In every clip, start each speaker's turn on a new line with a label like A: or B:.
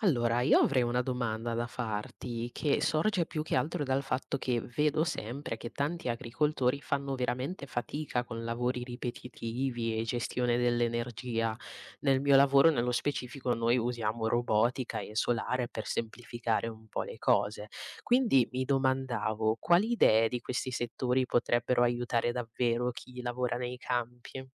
A: Allora, io avrei una domanda da farti che sorge più che altro dal fatto che vedo sempre che tanti agricoltori fanno veramente fatica con lavori ripetitivi e gestione dell'energia. Nel mio lavoro, nello specifico, noi usiamo robotica e solare per semplificare un po' le cose. Quindi mi domandavo quali idee di questi settori potrebbero aiutare davvero chi lavora nei campi?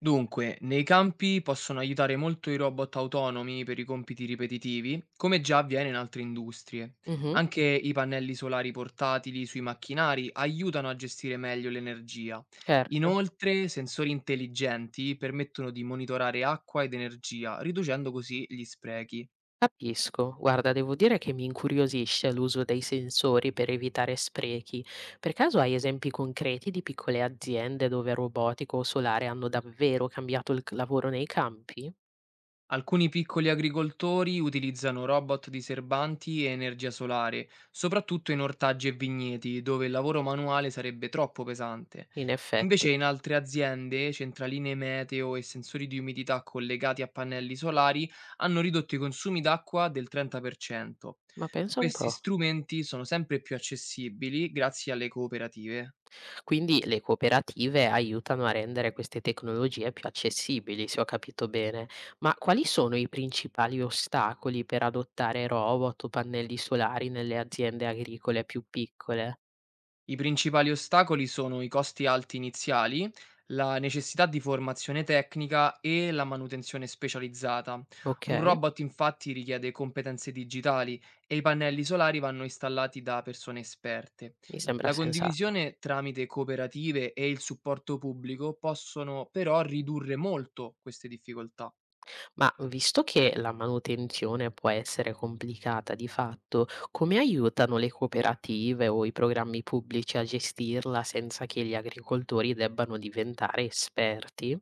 B: Dunque, nei campi possono aiutare molto i robot autonomi per i compiti ripetitivi, come già avviene in altre industrie.
A: Mhm,
B: Anche i pannelli solari portatili sui macchinari aiutano a gestire meglio l'energia.
A: certo.
B: Inoltre, sensori intelligenti permettono di monitorare acqua ed energia, riducendo così gli sprechi.
A: Capisco, guarda, devo dire che mi incuriosisce l'uso dei sensori per evitare sprechi. Per caso hai esempi concreti di piccole aziende dove robotico o solare hanno davvero cambiato il lavoro nei campi?
B: Alcuni piccoli agricoltori utilizzano robot diserbanti e energia solare, soprattutto in ortaggi e vigneti, dove il lavoro manuale sarebbe troppo pesante.
A: In effetti,
B: Invece in altre aziende, centraline meteo e sensori di umidità collegati a pannelli solari hanno ridotto i consumi d'acqua del 30%.
A: ma pensa un
B: Questi
A: po'.
B: strumenti sono sempre più accessibili grazie alle cooperative.
A: Quindi le cooperative aiutano a rendere queste tecnologie più accessibili, se ho capito bene. Ma quali sono i principali ostacoli per adottare robot o pannelli solari nelle aziende agricole più piccole?
B: I principali ostacoli sono i costi alti iniziali, la necessità di formazione tecnica e la manutenzione specializzata.
A: Ok,
B: Un robot infatti richiede competenze digitali e i pannelli solari vanno installati da persone esperte.
A: mi sembra
B: La
A: sensato.
B: condivisione tramite cooperative e il supporto pubblico possono però ridurre molto queste difficoltà.
A: Ma visto che la manutenzione può essere complicata di fatto, come aiutano le cooperative o i programmi pubblici a gestirla senza che gli agricoltori debbano diventare esperti?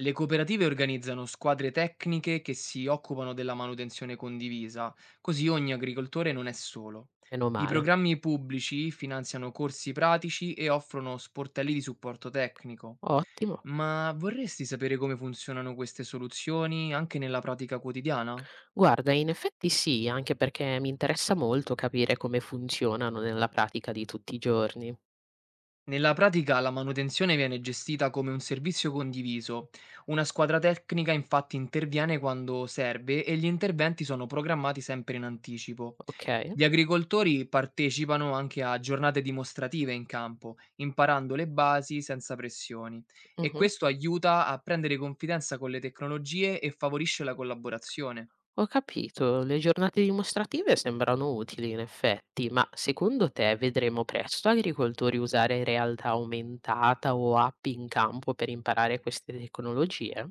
B: Le cooperative organizzano squadre tecniche che si occupano della manutenzione condivisa, così ogni agricoltore non è solo.
A: Meno
B: I
A: male.
B: programmi pubblici finanziano corsi pratici e offrono sportelli di supporto tecnico.
A: Ottimo.
B: Ma vorresti sapere come funzionano queste soluzioni anche nella pratica quotidiana?
A: Guarda, in effetti sì, anche perché mi interessa molto capire come funzionano nella pratica di tutti i giorni.
B: Nella pratica la manutenzione viene gestita come un servizio condiviso. Una squadra tecnica infatti interviene quando serve e gli interventi sono programmati sempre in anticipo.
A: Ok?
B: Gli agricoltori partecipano anche a giornate dimostrative in campo, imparando le basi senza pressioni, e
A: Mhm.
B: questo aiuta a prendere confidenza con le tecnologie e favorisce la collaborazione.
A: Ho capito, le giornate dimostrative sembrano utili in effetti, ma secondo te vedremo presto agricoltori usare realtà aumentata o app in campo per imparare queste tecnologie?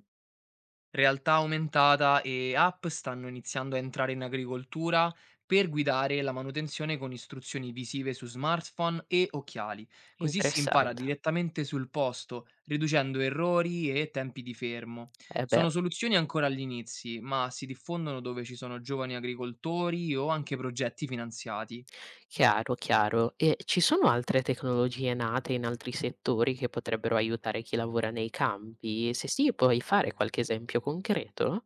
B: Realtà aumentata e app stanno iniziando a entrare in agricoltura per guidare la manutenzione con istruzioni visive su smartphone e occhiali, così si impara
A: Interessante.
B: direttamente sul posto, riducendo errori e tempi di fermo.
A: Eh beh,
B: Sono soluzioni ancora agli inizi, ma si diffondono dove ci sono giovani agricoltori o anche progetti finanziati.
A: chiaro, chiaro. E ci sono altre tecnologie nate in altri settori che potrebbero aiutare chi lavora nei campi? Se sì, puoi fare qualche esempio concreto?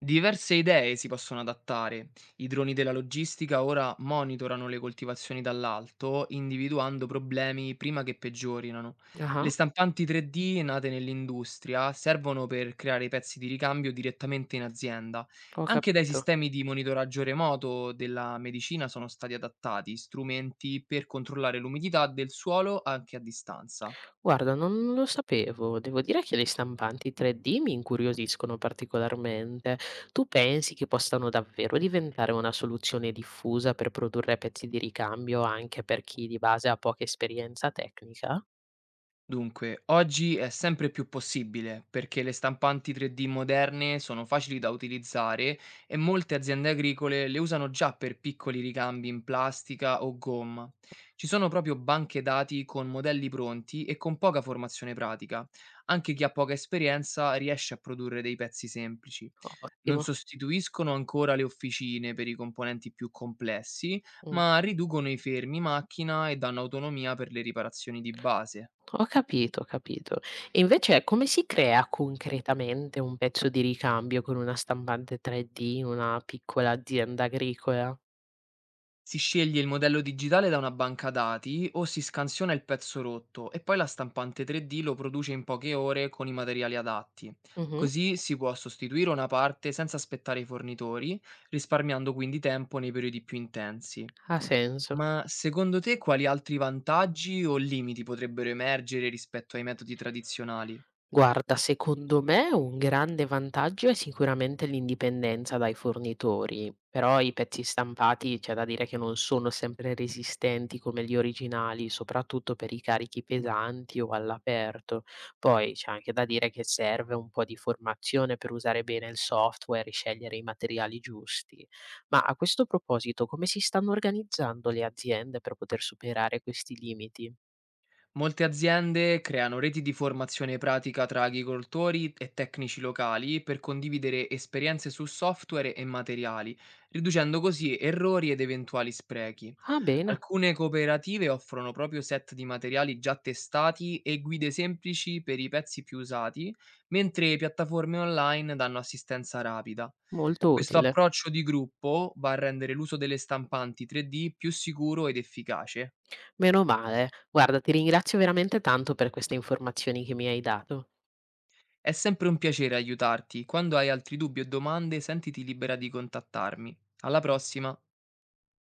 B: Diverse idee si possono adattare. I droni della logistica ora monitorano le coltivazioni dall'alto, individuando problemi prima che peggiorino. Le
A: Ah,
B: stampanti 3D nate nell'industria servono per creare i pezzi di ricambio direttamente in azienda.
A: ho
B: Anche dai
A: capito.
B: sistemi di monitoraggio remoto della medicina sono stati adattati strumenti per controllare l'umidità del suolo anche a distanza.
A: Guarda, non lo sapevo. Devo dire che le stampanti 3D mi incuriosiscono particolarmente. Tu pensi che possano davvero diventare una soluzione diffusa per produrre pezzi di ricambio anche per chi di base ha poca esperienza tecnica?
B: Dunque, oggi è sempre più possibile perché le stampanti 3D moderne sono facili da utilizzare e molte aziende agricole le usano già per piccoli ricambi in plastica o gomma. Ci sono proprio banche dati con modelli pronti e con poca formazione pratica. Anche chi ha poca esperienza riesce a produrre dei pezzi semplici. Non
A: Ottimo.
B: sostituiscono ancora le officine per i componenti più complessi,
A: Mm.
B: ma riducono i fermi macchina e danno autonomia per le riparazioni di base.
A: Ho capito, ho capito. E invece come si crea concretamente un pezzo di ricambio con una stampante 3D in una piccola azienda agricola?
B: Si sceglie il modello digitale da una banca dati o si scansiona il pezzo rotto e poi la stampante 3D lo produce in poche ore con i materiali adatti.
A: Mhm,
B: Così si può sostituire una parte senza aspettare i fornitori, risparmiando quindi tempo nei periodi più intensi.
A: ha senso.
B: Ma secondo te quali altri vantaggi o limiti potrebbero emergere rispetto ai metodi tradizionali?
A: Guarda, secondo me un grande vantaggio è sicuramente l'indipendenza dai fornitori, però i pezzi stampati c'è da dire che non sono sempre resistenti come gli originali, soprattutto per i carichi pesanti o all'aperto. Poi c'è anche da dire che serve un po' di formazione per usare bene il software e scegliere i materiali giusti. Ma a questo proposito, come si stanno organizzando le aziende per poter superare questi limiti?
B: Molte aziende creano reti di formazione pratica tra agricoltori e tecnici locali per condividere esperienze su software e materiali, riducendo così errori ed eventuali sprechi.
A: Ah, bene,
B: Alcune cooperative offrono proprio set di materiali già testati e guide semplici per i pezzi più usati, mentre piattaforme online danno assistenza rapida.
A: molto
B: Questo
A: utile.
B: approccio di gruppo va a rendere l'uso delle stampanti 3D più sicuro ed efficace.
A: Meno male. Guarda, ti ringrazio veramente tanto per queste informazioni che mi hai dato.
B: È sempre un piacere aiutarti. Quando hai altri dubbi o domande, sentiti libera di contattarmi. Alla prossima!